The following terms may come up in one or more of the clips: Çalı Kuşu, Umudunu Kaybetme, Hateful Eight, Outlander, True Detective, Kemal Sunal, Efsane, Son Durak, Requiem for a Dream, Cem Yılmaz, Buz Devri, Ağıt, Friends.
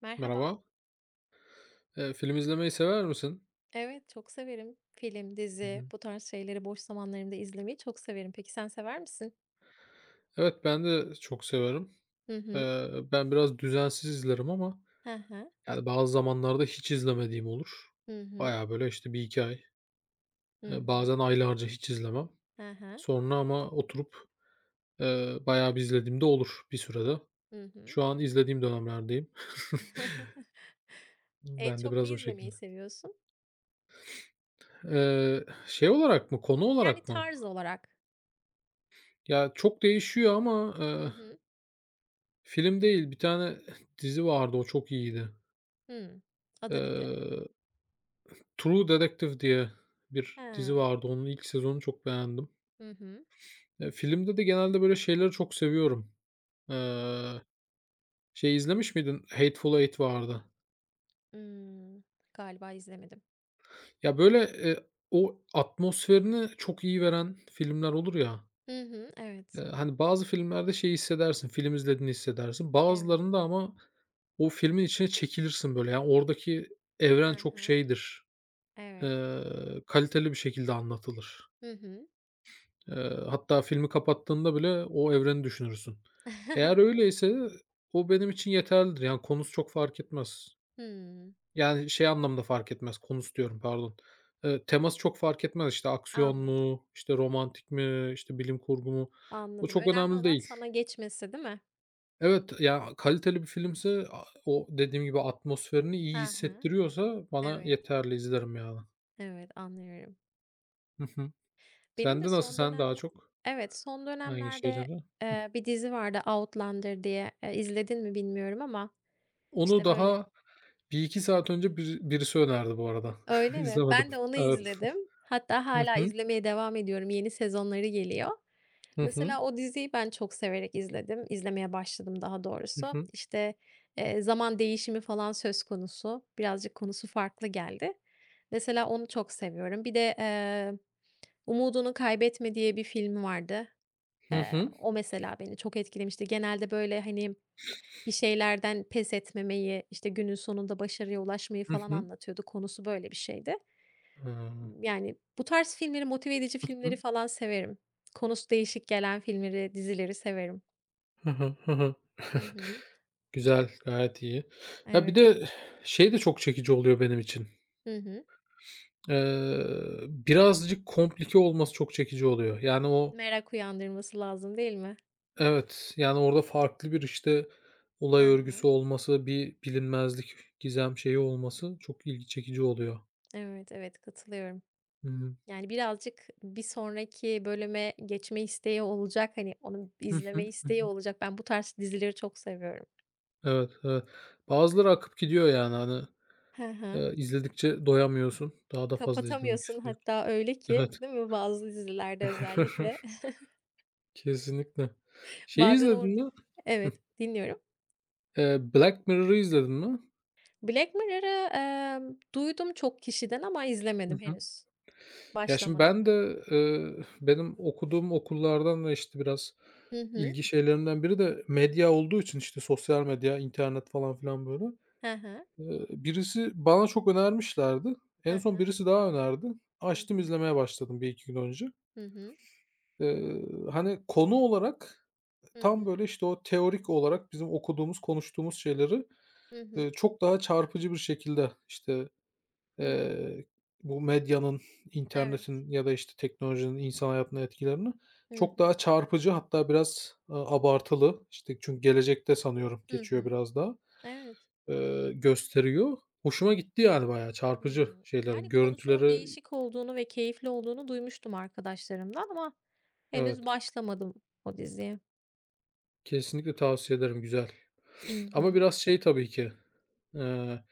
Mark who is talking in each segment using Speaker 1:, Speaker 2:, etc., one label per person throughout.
Speaker 1: Merhaba.
Speaker 2: Merhaba. Film izlemeyi sever misin?
Speaker 1: Evet, çok severim. Film,
Speaker 2: Hı
Speaker 1: dizi,
Speaker 2: hı.
Speaker 1: bu tarz şeyleri boş zamanlarımda izlemeyi çok severim. Peki sen sever misin?
Speaker 2: Evet, ben de çok severim.
Speaker 1: Hı hı.
Speaker 2: Ben biraz düzensiz izlerim ama,
Speaker 1: Hı hı.
Speaker 2: yani, bazı zamanlarda hiç izlemediğim olur.
Speaker 1: Hı hı.
Speaker 2: Baya böyle, işte, bir iki ay,
Speaker 1: Hı hı.
Speaker 2: bazen aylarca hiç izlemem.
Speaker 1: Hı hı.
Speaker 2: Sonra ama oturup, bayağı bir izlediğim olur bir sürede.
Speaker 1: Hı hı.
Speaker 2: Şu an izlediğim dönemlerdeyim.
Speaker 1: En
Speaker 2: Ben de
Speaker 1: çok ne
Speaker 2: biraz o
Speaker 1: izlemeyi
Speaker 2: şekilde.
Speaker 1: seviyorsun?
Speaker 2: Şey olarak mı, konu
Speaker 1: Yani
Speaker 2: olarak mı?
Speaker 1: tarz olarak.
Speaker 2: Ya, çok değişiyor ama,
Speaker 1: Hı hı.
Speaker 2: film değil, bir tane dizi vardı, o çok iyiydi.
Speaker 1: Hıı. Adı nedir?
Speaker 2: Eee True Detective diye bir dizi
Speaker 1: He.
Speaker 2: vardı. Onun ilk sezonunu çok beğendim.
Speaker 1: Hı hı.
Speaker 2: Filmde de genelde böyle şeyleri çok seviyorum. Eee, şey izlemiş miydin? Hateful Eight vardı.
Speaker 1: Imm, Galiba izlemedim.
Speaker 2: Ya, böyle, o atmosferini çok iyi veren filmler olur ya,
Speaker 1: Hı hı. Evet.
Speaker 2: hani, bazı filmlerde şey hissedersin, film izlediğini hissedersin.
Speaker 1: Evet.
Speaker 2: Bazılarında ama o filmin içine çekilirsin böyle. Yani, oradaki evren
Speaker 1: Hı
Speaker 2: çok
Speaker 1: hı.
Speaker 2: şeydir,
Speaker 1: Evet.
Speaker 2: kaliteli bir şekilde anlatılır.
Speaker 1: Hı hı.
Speaker 2: Hatta filmi kapattığında bile o evreni düşünürsün. Eğer
Speaker 1: Evet.
Speaker 2: öyleyse o benim için yeterlidir. Yani, konusu çok fark etmez.
Speaker 1: Hımm.
Speaker 2: Yani, şey anlamda fark etmez, konusu diyorum pardon. Teması çok fark etmez. İşte, aksiyon
Speaker 1: Anladım.
Speaker 2: mu, işte, romantik mi, işte, bilim kurgu mu? Bu
Speaker 1: Anladım.
Speaker 2: çok
Speaker 1: Önemli
Speaker 2: önemli
Speaker 1: olan
Speaker 2: değil.
Speaker 1: sana geçmesi, değil mi?
Speaker 2: Evet, ya, kaliteli bir filmse a o dediğim gibi atmosferini iyi
Speaker 1: Hı hı.
Speaker 2: hissettiriyorsa bana
Speaker 1: Evet,
Speaker 2: yeterli, izlerim yani.
Speaker 1: evet, anlıyorum.
Speaker 2: Hı hı.
Speaker 1: Benim de
Speaker 2: Sende nasıl?
Speaker 1: son
Speaker 2: Sen daha
Speaker 1: dönemle
Speaker 2: çok
Speaker 1: evet, son
Speaker 2: hangi
Speaker 1: dönemlerde,
Speaker 2: şeyleri?
Speaker 1: bir dizi vardı Outlander diye. İzledin mi bilmiyorum ama,
Speaker 2: Onu
Speaker 1: işte, böyle
Speaker 2: daha bir 2 saat önce birisi önerdi bu arada.
Speaker 1: öyle mi?
Speaker 2: İzlemedim.
Speaker 1: Ben de onu
Speaker 2: Evet.
Speaker 1: izledim. Hatta
Speaker 2: Hı
Speaker 1: hala
Speaker 2: hı.
Speaker 1: izlemeye devam ediyorum. Yeni sezonları geliyor.
Speaker 2: Hı hı.
Speaker 1: Mesela o diziyi ben çok severek izledim. İzlemeye başladım daha
Speaker 2: Hı
Speaker 1: doğrusu.
Speaker 2: hı.
Speaker 1: İşte, zaman değişimi falan söz konusu. Birazcık konusu farklı geldi. Mesela onu çok seviyorum. Bir de, Umudunu Kaybetme diye bir film vardı.
Speaker 2: Hı hı.
Speaker 1: O mesela beni çok etkilemişti. Genelde böyle, hani, bir şeylerden pes etmemeyi, işte, günün sonunda başarıya ulaşmayı
Speaker 2: Hı
Speaker 1: falan
Speaker 2: hı.
Speaker 1: anlatıyordu. Konusu böyle bir şeydi.
Speaker 2: Hıı.
Speaker 1: Yani, bu tarz filmleri, motive edici
Speaker 2: Hı
Speaker 1: filmleri
Speaker 2: hı.
Speaker 1: falan severim. Konusu değişik gelen filmleri, dizileri severim.
Speaker 2: Hı hı. Hı.
Speaker 1: Hı hı.
Speaker 2: Güzel, gayet iyi. Ya, bir
Speaker 1: Evet.
Speaker 2: de şey de çok çekici oluyor benim için.
Speaker 1: Hı hı.
Speaker 2: Birazcık komplike olması çok çekici oluyor. Yani o
Speaker 1: Merak uyandırması lazım değil mi?
Speaker 2: evet, yani orada farklı bir, işte, olay
Speaker 1: Hı
Speaker 2: örgüsü
Speaker 1: hı.
Speaker 2: olması, bir bilinmezlik, gizem şeyi olması çok ilgi çekici oluyor.
Speaker 1: Evet, evet, katılıyorum.
Speaker 2: Hı.
Speaker 1: Yani, birazcık bir sonraki bölüme geçme isteği olacak, hani, onu
Speaker 2: Hı
Speaker 1: izleme
Speaker 2: hı. Hı
Speaker 1: isteği olacak. Ben bu tarz dizileri çok seviyorum.
Speaker 2: evet, evet. Bazıları akıp gidiyor yani, hani,
Speaker 1: Hı hı.
Speaker 2: izledikçe doyamıyorsun. Daha da fazla izlemek
Speaker 1: Kapatamıyorsun
Speaker 2: istiyorsun.
Speaker 1: hatta öyle ki,
Speaker 2: Evet.
Speaker 1: değil mi? Bazı dizilerde özellikle.
Speaker 2: Kesinlikle. Şeyi
Speaker 1: Bazen
Speaker 2: izledin
Speaker 1: orada
Speaker 2: mi? Hıh.
Speaker 1: evet, dinliyorum.
Speaker 2: Black Mirror'ı izledin mi?
Speaker 1: Black Mirror'ı, duydum çok kişiden ama
Speaker 2: Hı
Speaker 1: izlemedim
Speaker 2: hı.
Speaker 1: henüz.
Speaker 2: Ya, şimdi
Speaker 1: Başlamadım.
Speaker 2: ben de, benim okuduğum okullardan ve, işte, biraz
Speaker 1: Hı hı.
Speaker 2: ilgi şeylerimden biri de medya olduğu için, işte, sosyal medya, internet falan filan böyle.
Speaker 1: Hı hı.
Speaker 2: Birisi bana çok önermişlerdi.
Speaker 1: Hı
Speaker 2: En son
Speaker 1: hı.
Speaker 2: birisi daha önerdi.
Speaker 1: Hı
Speaker 2: Açtım,
Speaker 1: hı.
Speaker 2: izlemeye başladım bir iki gün önce.
Speaker 1: Hı hı.
Speaker 2: Eee, hani, konu olarak
Speaker 1: Hı
Speaker 2: tam,
Speaker 1: hı.
Speaker 2: böyle, işte, o teorik olarak bizim okuduğumuz, konuştuğumuz şeyleri,
Speaker 1: Hı hı.
Speaker 2: çok daha çarpıcı bir şekilde, işte,
Speaker 1: Hımm.
Speaker 2: eee, bu medyanın,
Speaker 1: Evet.
Speaker 2: internetin ya da, işte, teknolojinin insan hayatına etkilerini
Speaker 1: Hı
Speaker 2: çok daha
Speaker 1: hı.
Speaker 2: çarpıcı hatta biraz, abartılı, işte, çünkü gelecekte sanıyorum
Speaker 1: Hı
Speaker 2: geçiyor
Speaker 1: hı.
Speaker 2: biraz daha,
Speaker 1: Evet.
Speaker 2: gösteriyor. Hoşuma gitti yani bayağı çarpıcı
Speaker 1: Hımm.
Speaker 2: şeyleri,
Speaker 1: Yani konusunun
Speaker 2: görüntüleri
Speaker 1: değişik olduğunu ve keyifli olduğunu duymuştum arkadaşlarımdan ama henüz
Speaker 2: evet,
Speaker 1: başlamadım o diziye.
Speaker 2: kesinlikle tavsiye ederim, güzel.
Speaker 1: Hı
Speaker 2: Ama
Speaker 1: hı.
Speaker 2: biraz şey tabii ki, eee,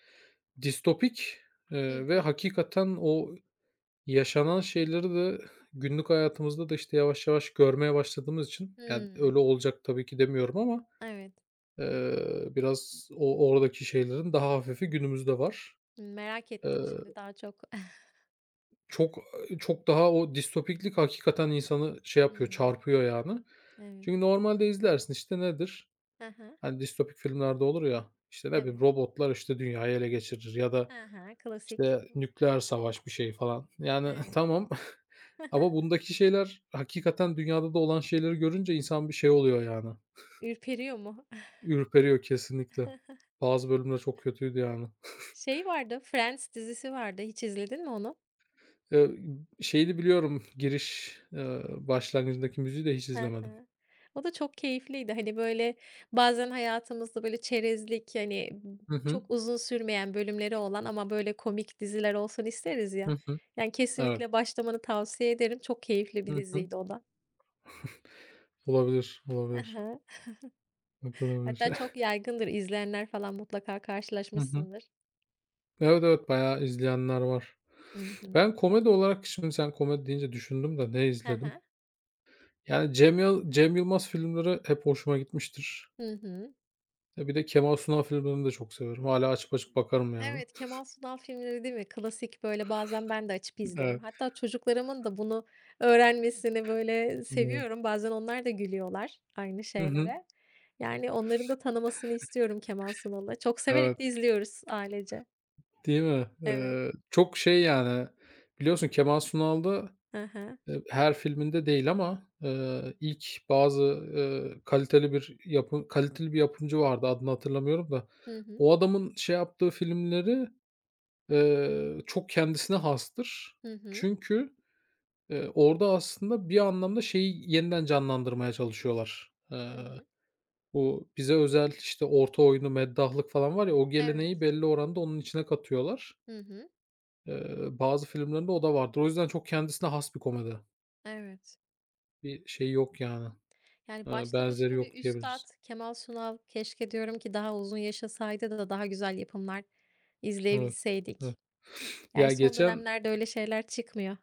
Speaker 2: distopik,
Speaker 1: Hı
Speaker 2: ve
Speaker 1: hı.
Speaker 2: hakikaten o yaşanan şeyleri de günlük hayatımızda da, işte, yavaş yavaş görmeye başladığımız için, yani,
Speaker 1: Hımm.
Speaker 2: öyle olacak tabii ki demiyorum ama,
Speaker 1: Evet.
Speaker 2: biraz o oradaki şeylerin daha hafifi günümüzde var.
Speaker 1: Merak
Speaker 2: Eee,
Speaker 1: ettim şimdi daha çok.
Speaker 2: çok, çok daha o distopiklik hakikaten insanı şey yapıyor,
Speaker 1: Hımm.
Speaker 2: çarpıyor yani.
Speaker 1: Evet.
Speaker 2: Çünkü normalde izlersin, işte, nedir?
Speaker 1: Hı hı.
Speaker 2: Hani, distopik filmlerde olur ya, işte, ne bileyim,
Speaker 1: Evet.
Speaker 2: robotlar, işte, dünyayı ele geçirir ya da
Speaker 1: Hı hı. Klasik.
Speaker 2: İşte nükleer savaş bir şey falan. Yani
Speaker 1: Evet.
Speaker 2: tamam ama bundaki şeyler hakikaten dünyada da olan şeyleri görünce insan bir şey oluyor yani.
Speaker 1: Ürperiyor mu?
Speaker 2: Ürperiyor kesinlikle. Bazı bölümler çok kötüydü yani.
Speaker 1: Şey vardı, Friends dizisi vardı. Hiç izledin mi onu?
Speaker 2: Eee, şeyini biliyorum giriş, başlangıcındaki müziği de hiç
Speaker 1: Hı
Speaker 2: izlemedim.
Speaker 1: hı. O da çok keyifliydi. Hani, böyle, bazen hayatımızda, böyle, çerezlik, yani
Speaker 2: Hı hı.
Speaker 1: çok uzun sürmeyen bölümleri olan ama, böyle, komik diziler olsun isteriz ya.
Speaker 2: Hı hı.
Speaker 1: Yani,
Speaker 2: Evet.
Speaker 1: kesinlikle başlamanı tavsiye ederim. Çok keyifli bir
Speaker 2: Hı hı.
Speaker 1: diziydi o da.
Speaker 2: Olabilir,
Speaker 1: Hı
Speaker 2: olabilir.
Speaker 1: hı. Hatta
Speaker 2: Bakılabilir.
Speaker 1: çok yaygındır. İzleyenler falan mutlaka
Speaker 2: Hı hı.
Speaker 1: karşılaşmışsındır.
Speaker 2: Evet, evet, bayağı izleyenler var.
Speaker 1: Hı hı.
Speaker 2: Ben komedi olarak şimdi sen komedi deyince düşündüm de ne
Speaker 1: Hı
Speaker 2: izledim?
Speaker 1: hı.
Speaker 2: Yani Cem Yılmaz filmleri hep hoşuma gitmiştir.
Speaker 1: Hı hı.
Speaker 2: E, bir de Kemal Sunal filmlerini de çok severim. Hala açıp açıp bakarım yani.
Speaker 1: Evet, Kemal Sunal filmleri değil mi? Klasik, böyle, bazen ben de açıp izlerim.
Speaker 2: Evet.
Speaker 1: Hatta çocuklarımın da bunu öğrenmesini, böyle,
Speaker 2: Iıı,
Speaker 1: seviyorum. Bazen onlar da gülüyorlar aynı
Speaker 2: hı hı.
Speaker 1: şeylere. Yani onların da tanımasını istiyorum Kemal Sunal'ı. Çok severek
Speaker 2: Evet,
Speaker 1: de izliyoruz ailece.
Speaker 2: değil mi?
Speaker 1: Evet.
Speaker 2: Çok şey yani, biliyorsun Kemal Sunal'da,
Speaker 1: Aha.
Speaker 2: her filminde değil ama, ilk bazı, kaliteli bir yapı kaliteli bir yapımcı vardı, adını hatırlamıyorum da.
Speaker 1: Hı.
Speaker 2: O adamın şey yaptığı filmleri, çok kendisine hastır.
Speaker 1: Hı hı. Hı hı.
Speaker 2: Çünkü orada aslında bir anlamda şeyi yeniden canlandırmaya çalışıyorlar. Eee,
Speaker 1: Hı hı.
Speaker 2: bu bize özel, işte, orta oyunu, meddahlık falan var ya, o
Speaker 1: Evet.
Speaker 2: geleneği belli oranda onun içine katıyorlar.
Speaker 1: Hı hı.
Speaker 2: Bazı filmlerinde o da vardır. O yüzden çok kendisine has bir komedi.
Speaker 1: Evet.
Speaker 2: Bir şey yok yani,
Speaker 1: Yani başlı
Speaker 2: benzeri
Speaker 1: başına bir
Speaker 2: yok
Speaker 1: üstad
Speaker 2: diyebiliriz.
Speaker 1: Kemal Sunal. Keşke diyorum ki daha uzun yaşasaydı da daha güzel yapımlar
Speaker 2: Evet, evet.
Speaker 1: izleyebilseydik. Yani,
Speaker 2: Ya,
Speaker 1: son
Speaker 2: geçen
Speaker 1: dönemlerde öyle şeyler çıkmıyor.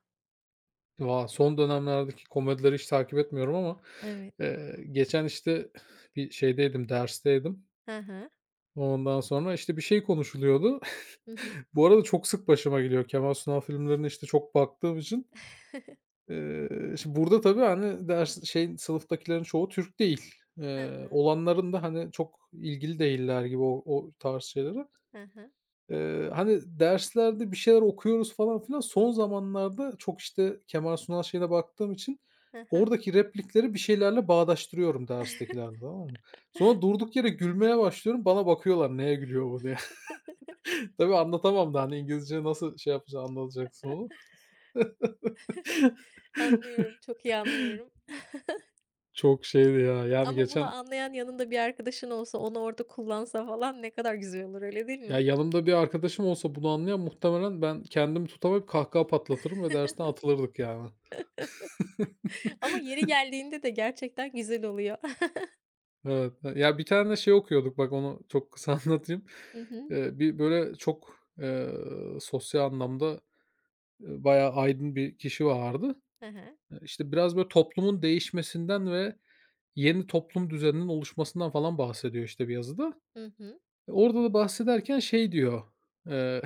Speaker 2: son dönemlerdeki komedileri hiç takip etmiyorum ama,
Speaker 1: Evet.
Speaker 2: geçen, işte, bir şeydeydim, dersteydim.
Speaker 1: Hı hı.
Speaker 2: Ondan sonra, işte, bir şey konuşuluyordu.
Speaker 1: Hı hı.
Speaker 2: Bu arada çok sık başıma geliyor. Kemal Sunal filmlerine, işte, çok baktığım için. Eee, şimdi burada tabii, hani, ders şeyin sınıftakilerin çoğu Türk değil.
Speaker 1: Hı
Speaker 2: Eee,
Speaker 1: hı.
Speaker 2: olanların da, hani, çok ilgili değiller gibi o tarz şeylere.
Speaker 1: Hı hı.
Speaker 2: Hani, derslerde bir şeyler okuyoruz falan filan. Son zamanlarda çok, işte, Kemal Sunal şeyine baktığım için
Speaker 1: Hı hı.
Speaker 2: oradaki replikleri bir şeylerle bağdaştırıyorum derstekilerle, tamam mı? Sonra durduk yere gülmeye başlıyorum. Bana bakıyorlar, "Neye gülüyor bu?" diye. Tabii anlatamam da, hani, İngilizce nasıl şey yapacaksın, anlatacaksın onu.
Speaker 1: Anlıyorum, çok iyi anlıyorum.
Speaker 2: Çok şeydi ya, yani
Speaker 1: Ama bunu
Speaker 2: geçen
Speaker 1: anlayan yanında bir arkadaşın olsa, onu orada kullansa falan ne kadar güzel olur, öyle değil
Speaker 2: ya,
Speaker 1: mi?
Speaker 2: yanımda bir arkadaşım olsa bunu anlayan muhtemelen ben kendimi tutamayıp kahkaha patlatırım ve dersten atılırdık yani.
Speaker 1: Ama yeri geldiğinde de gerçekten güzel oluyor.
Speaker 2: Evet, evet. Ya, bir tane şey okuyorduk bak onu çok kısa anlatayım.
Speaker 1: Hı hı.
Speaker 2: Bir böyle çok, sosyal anlamda, bayağı aydın bir kişi vardı.
Speaker 1: Hı hı.
Speaker 2: İşte, biraz böyle toplumun değişmesinden ve yeni toplum düzeninin oluşmasından falan bahsediyor, işte, bir yazıda.
Speaker 1: Hı hı.
Speaker 2: E, orada da bahsederken şey diyor, eee,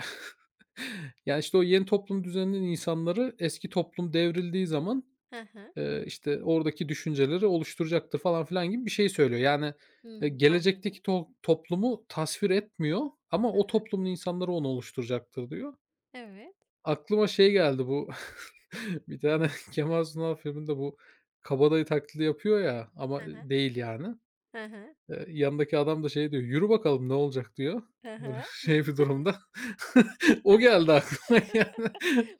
Speaker 2: yani, işte, o yeni toplum düzeninin insanları eski toplum devrildiği zaman,
Speaker 1: Hı hı.
Speaker 2: işte, oradaki düşünceleri oluşturacaktır falan filan gibi bir şey söylüyor. Yani,
Speaker 1: Hımm,
Speaker 2: gelecekteki
Speaker 1: anladım.
Speaker 2: toplumu tasvir etmiyor ama
Speaker 1: Hı
Speaker 2: o
Speaker 1: hı.
Speaker 2: toplumun insanları onu oluşturacaktır diyor.
Speaker 1: Evet.
Speaker 2: Aklıma şey geldi bu bir tane Kemal Sunal filminde bu kabadayı taklidi yapıyor ya ama, e,
Speaker 1: Hı hı.
Speaker 2: değil yani.
Speaker 1: Hı hı.
Speaker 2: Yanındaki adam da şey diyor, "Yürü bakalım ne olacak?" diyor.
Speaker 1: Hı
Speaker 2: Böyle
Speaker 1: hı.
Speaker 2: şey bir durumda. O geldi aklıma yani.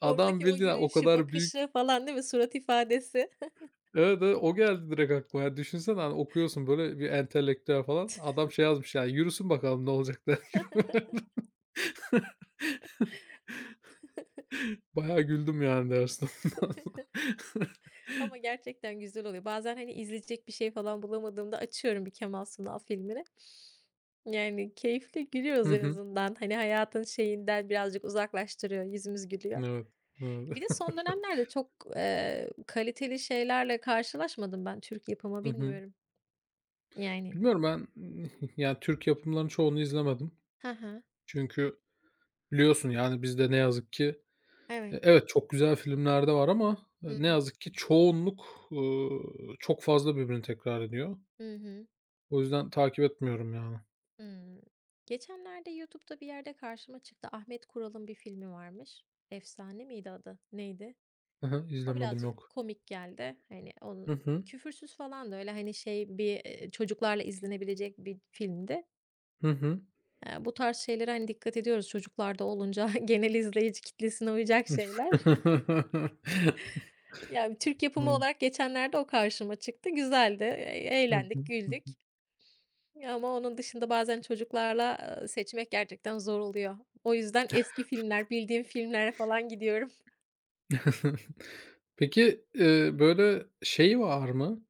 Speaker 2: Adam
Speaker 1: Oradaki o
Speaker 2: bildiğin o
Speaker 1: yürüyüşü,
Speaker 2: kadar büyük
Speaker 1: bakışı falan değil mi, surat ifadesi?
Speaker 2: evet, evet, o geldi direkt aklıma. Ya düşünsene, hani, okuyorsun böyle bir entelektüel falan. Adam şey yazmış yani, "Yürüsün bakalım ne olacak?" der gibi bayağı güldüm yani dersten.
Speaker 1: Ama gerçekten güzel oluyor. Bazen, hani, izleyecek bir şey falan bulamadığımda açıyorum bir Kemal Sunal filmini. Yani keyifli
Speaker 2: Hı
Speaker 1: gülüyoruz en
Speaker 2: hı.
Speaker 1: azından. Hani, hayatın şeyinden birazcık uzaklaştırıyor, yüzümüz gülüyor.
Speaker 2: Evet, evet.
Speaker 1: Bir de son dönemlerde çok, kaliteli şeylerle karşılaşmadım ben Türk yapımı,
Speaker 2: Hı hı.
Speaker 1: bilmiyorum. Yani.
Speaker 2: Bilmiyorum ben yani Türk yapımlarının çoğunu izlemedim.
Speaker 1: Hı hı.
Speaker 2: Çünkü biliyorsun yani bizde ne yazık ki e,
Speaker 1: Evet.
Speaker 2: evet, çok güzel filmler de var ama,
Speaker 1: Hı
Speaker 2: ne
Speaker 1: hı.
Speaker 2: yazık ki çoğunluk, çok fazla birbirini tekrar ediyor.
Speaker 1: Hı hı.
Speaker 2: O yüzden takip etmiyorum yani.
Speaker 1: Hımm. Geçenlerde YouTube'da bir yerde karşıma çıktı. Ahmet Kural'ın bir filmi varmış. Efsane miydi adı? Neydi?
Speaker 2: Hı hı,
Speaker 1: O
Speaker 2: izlemedim
Speaker 1: birazcık
Speaker 2: yok.
Speaker 1: komik geldi. Hani, onun
Speaker 2: Hı hı.
Speaker 1: küfürsüz falan da öyle, hani, şey bir, çocuklarla izlenebilecek bir filmdi.
Speaker 2: Hı hı.
Speaker 1: Bu tarz şeylere, hani, dikkat ediyoruz çocuklarda olunca genel izleyici kitlesine uyacak şeyler. Yani, Türk yapımı
Speaker 2: Hıı.
Speaker 1: olarak geçenlerde o karşıma çıktı. Güzeldi,
Speaker 2: Hı hı.
Speaker 1: eğlendik,
Speaker 2: Hı.
Speaker 1: güldük. Ama onun dışında bazen çocuklarla, seçmek gerçekten zor oluyor. O yüzden eski filmler, bildiğim filmlere falan gidiyorum.
Speaker 2: Peki, böyle şey var mı?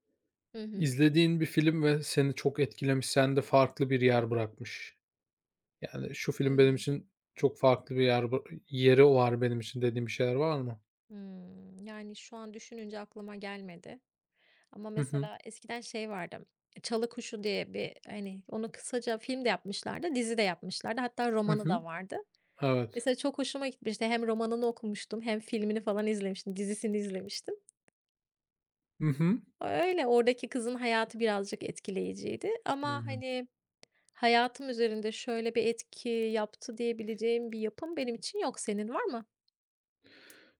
Speaker 1: Hı hı.
Speaker 2: İzlediğin bir film ve seni çok etkilemiş, sende farklı bir yer bırakmış. Yani şu film benim
Speaker 1: Hımm.
Speaker 2: için çok farklı bir yer yeri var benim için dediğin bir şeyler var mı?
Speaker 1: Hımm. Yani, şu an düşününce aklıma gelmedi. Ama
Speaker 2: Hı hı.
Speaker 1: mesela eskiden şey vardı, Çalı Kuşu diye bir, hani, onu kısaca film de yapmışlardı, dizi de yapmışlardı. Hatta
Speaker 2: Hı
Speaker 1: romanı
Speaker 2: hı.
Speaker 1: da vardı.
Speaker 2: Evet.
Speaker 1: Mesela çok hoşuma gitmişti. Hem romanını okumuştum hem filmini falan izlemiştim, dizisini izlemiştim.
Speaker 2: Hı hı.
Speaker 1: Öyle, oradaki kızın hayatı birazcık etkileyiciydi
Speaker 2: Hı
Speaker 1: ama,
Speaker 2: hı.
Speaker 1: hani, hayatım üzerinde şöyle bir etki yaptı diyebileceğim bir yapım benim için yok. Senin var mı?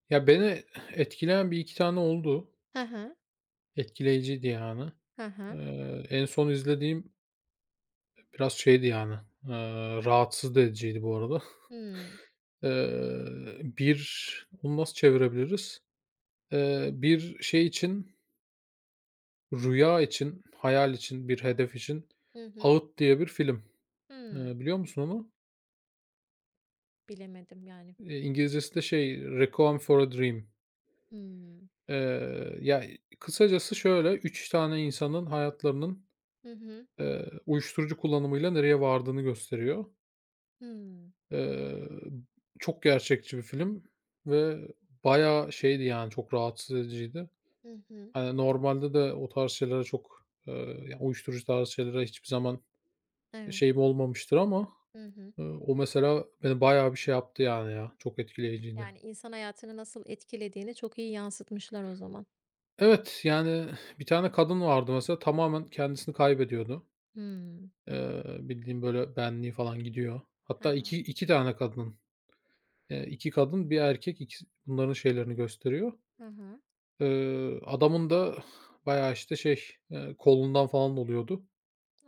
Speaker 2: Ya, beni etkileyen bir iki tane oldu.
Speaker 1: Hı hı.
Speaker 2: Etkileyiciydi yani.
Speaker 1: Hı hı.
Speaker 2: En son izlediğim biraz şeydi yani, rahatsız da ediciydi bu arada.
Speaker 1: Hımm.
Speaker 2: Bir onu nasıl çevirebiliriz? Bir şey için, rüya için, hayal için, bir hedef için
Speaker 1: Hı hı.
Speaker 2: "Ağıt" diye bir film.
Speaker 1: Hımm.
Speaker 2: Biliyor musun onu?
Speaker 1: Bilemedim yani.
Speaker 2: İngilizcesi de şey "Requiem for a Dream".
Speaker 1: Hımm.
Speaker 2: Ya, kısacası şöyle, 3 tane insanın hayatlarının
Speaker 1: Hı hı.
Speaker 2: Uyuşturucu kullanımıyla nereye vardığını gösteriyor.
Speaker 1: Hımm.
Speaker 2: Eee, çok gerçekçi bir film ve bayağı şeydi, yani, çok rahatsız ediciydi.
Speaker 1: Hı hı.
Speaker 2: Hani, normalde de o tarz şeylere çok, ya, uyuşturucu tarzı şeylere hiçbir zaman
Speaker 1: Evet.
Speaker 2: şeyim olmamıştır ama,
Speaker 1: Hı hı.
Speaker 2: o mesela beni bayağı bir şey yaptı, yani, ya. Çok etkileyiciydi.
Speaker 1: Yani, insan hayatını nasıl etkilediğini çok iyi yansıtmışlar o zaman.
Speaker 2: Evet, yani, bir tane kadın vardı mesela tamamen kendisini kaybediyordu.
Speaker 1: Hımm.
Speaker 2: Bildiğin, böyle, benliği falan gidiyor.
Speaker 1: Hı
Speaker 2: Hatta
Speaker 1: hı.
Speaker 2: iki tane kadın. İki kadın, bir erkek ikisi bunların şeylerini gösteriyor.
Speaker 1: Hı hı.
Speaker 2: Adamın da bayağı, işte, şey, kolundan falan oluyordu.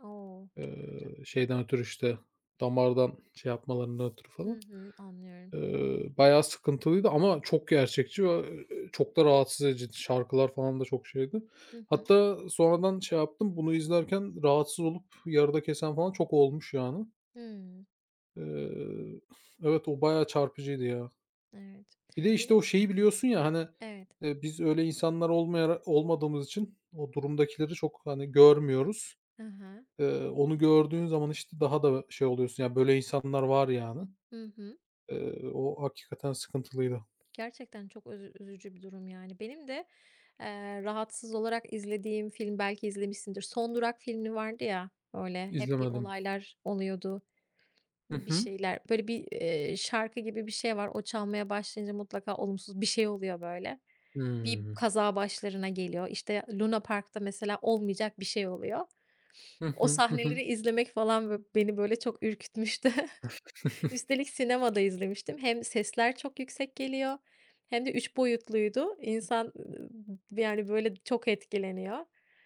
Speaker 1: O! Çok kötü.
Speaker 2: Eee, şeyden ötürü, işte, damardan şey yapmalarından ötürü
Speaker 1: Hı
Speaker 2: falan.
Speaker 1: hı, anlıyorum.
Speaker 2: Bayağı sıkıntılıydı ama çok gerçekçi ve, çok da rahatsız ediciydi. Şarkılar falan da çok şeydi.
Speaker 1: Hı hı.
Speaker 2: Hatta sonradan şey yaptım, bunu izlerken rahatsız olup yarıda kesen falan çok olmuş yani.
Speaker 1: Hımm.
Speaker 2: Eee, evet, o bayağı çarpıcıydı ya.
Speaker 1: Evet.
Speaker 2: Bir de, işte,
Speaker 1: Benim
Speaker 2: o şeyi biliyorsun ya, hani,
Speaker 1: evet.
Speaker 2: biz öyle insanlar olmadığımız için o durumdakileri çok, hani, görmüyoruz.
Speaker 1: Hı hı.
Speaker 2: Onu gördüğün zaman, işte, daha da şey oluyorsun, ya, böyle insanlar var yani.
Speaker 1: Hı hı.
Speaker 2: O hakikaten sıkıntılıydı.
Speaker 1: Gerçekten çok özü üzücü bir durum, yani. Benim de, rahatsız olarak izlediğim film belki izlemişsindir. Son Durak filmi vardı ya, böyle, hep bir
Speaker 2: İzlemedim.
Speaker 1: olaylar oluyordu.
Speaker 2: Hı
Speaker 1: Bir
Speaker 2: hı.
Speaker 1: şeyler, böyle, bir, şarkı gibi bir şey var. O çalmaya başlayınca mutlaka olumsuz bir şey oluyor böyle. Bir
Speaker 2: Hımm.
Speaker 1: kaza başlarına geliyor. İşte, Luna Park'ta mesela olmayacak bir şey oluyor.
Speaker 2: Hı
Speaker 1: O
Speaker 2: hı. Hı
Speaker 1: sahneleri
Speaker 2: hı.
Speaker 1: izlemek falan bö beni, böyle, çok ürkütmüştü. Üstelik sinemada izlemiştim. Hem sesler çok yüksek geliyor hem de 3 boyutluydu. İnsan, yani, böyle, çok etkileniyor.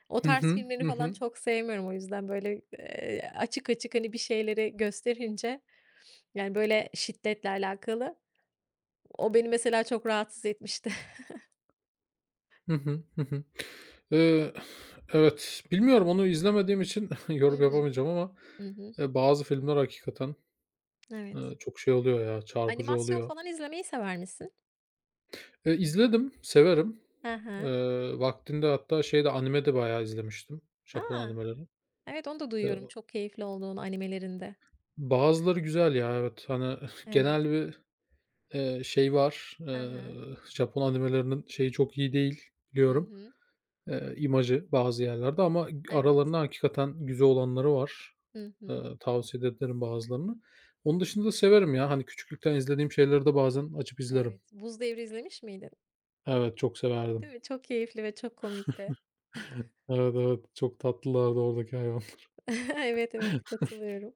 Speaker 1: O
Speaker 2: Hı
Speaker 1: tarz
Speaker 2: hı.
Speaker 1: filmleri
Speaker 2: Hı
Speaker 1: falan
Speaker 2: hı.
Speaker 1: çok sevmiyorum o yüzden, böyle, açık açık, hani, bir şeyleri gösterince yani, böyle, şiddetle alakalı. O beni mesela çok rahatsız etmişti.
Speaker 2: Hı hı. Hı hı. Eee, evet, bilmiyorum onu izlemediğim için
Speaker 1: Hı
Speaker 2: yorum
Speaker 1: hı.
Speaker 2: yapamayacağım ama,
Speaker 1: Hı hı.
Speaker 2: bazı filmler hakikaten,
Speaker 1: Evet.
Speaker 2: çok şey oluyor ya, çarpıcı
Speaker 1: Animasyon
Speaker 2: oluyor.
Speaker 1: falan izlemeyi sever misin?
Speaker 2: İzledim, severim.
Speaker 1: Hı hı.
Speaker 2: Vaktinde hatta şey de anime de bayağı izlemiştim, Japon
Speaker 1: A!
Speaker 2: animeleri.
Speaker 1: Evet, onu da
Speaker 2: Eee,
Speaker 1: duyuyorum çok keyifli olduğunu animelerinde.
Speaker 2: bazıları güzel ya, evet. Hani
Speaker 1: Evet.
Speaker 2: genel bir, şey var,
Speaker 1: Hı hı.
Speaker 2: Japon animelerinin şeyi çok iyi değil
Speaker 1: Hı
Speaker 2: biliyorum,
Speaker 1: hı.
Speaker 2: imajı bazı yerlerde ama
Speaker 1: Evet.
Speaker 2: aralarında hakikaten güzel olanları var.
Speaker 1: Hı hı.
Speaker 2: Tavsiye de ederim bazılarını. Onun
Speaker 1: Hı
Speaker 2: dışında da
Speaker 1: hı.
Speaker 2: severim ya, hani küçüklükten izlediğim şeyleri de bazen açıp izlerim.
Speaker 1: Evet. Buz Devri izlemiş miydin?
Speaker 2: Evet, çok severdim.
Speaker 1: Değil mi? Çok keyifli ve çok komikti.
Speaker 2: Evet, evet, çok tatlılardı oradaki hayvanlar.
Speaker 1: Evet, evet, katılıyorum.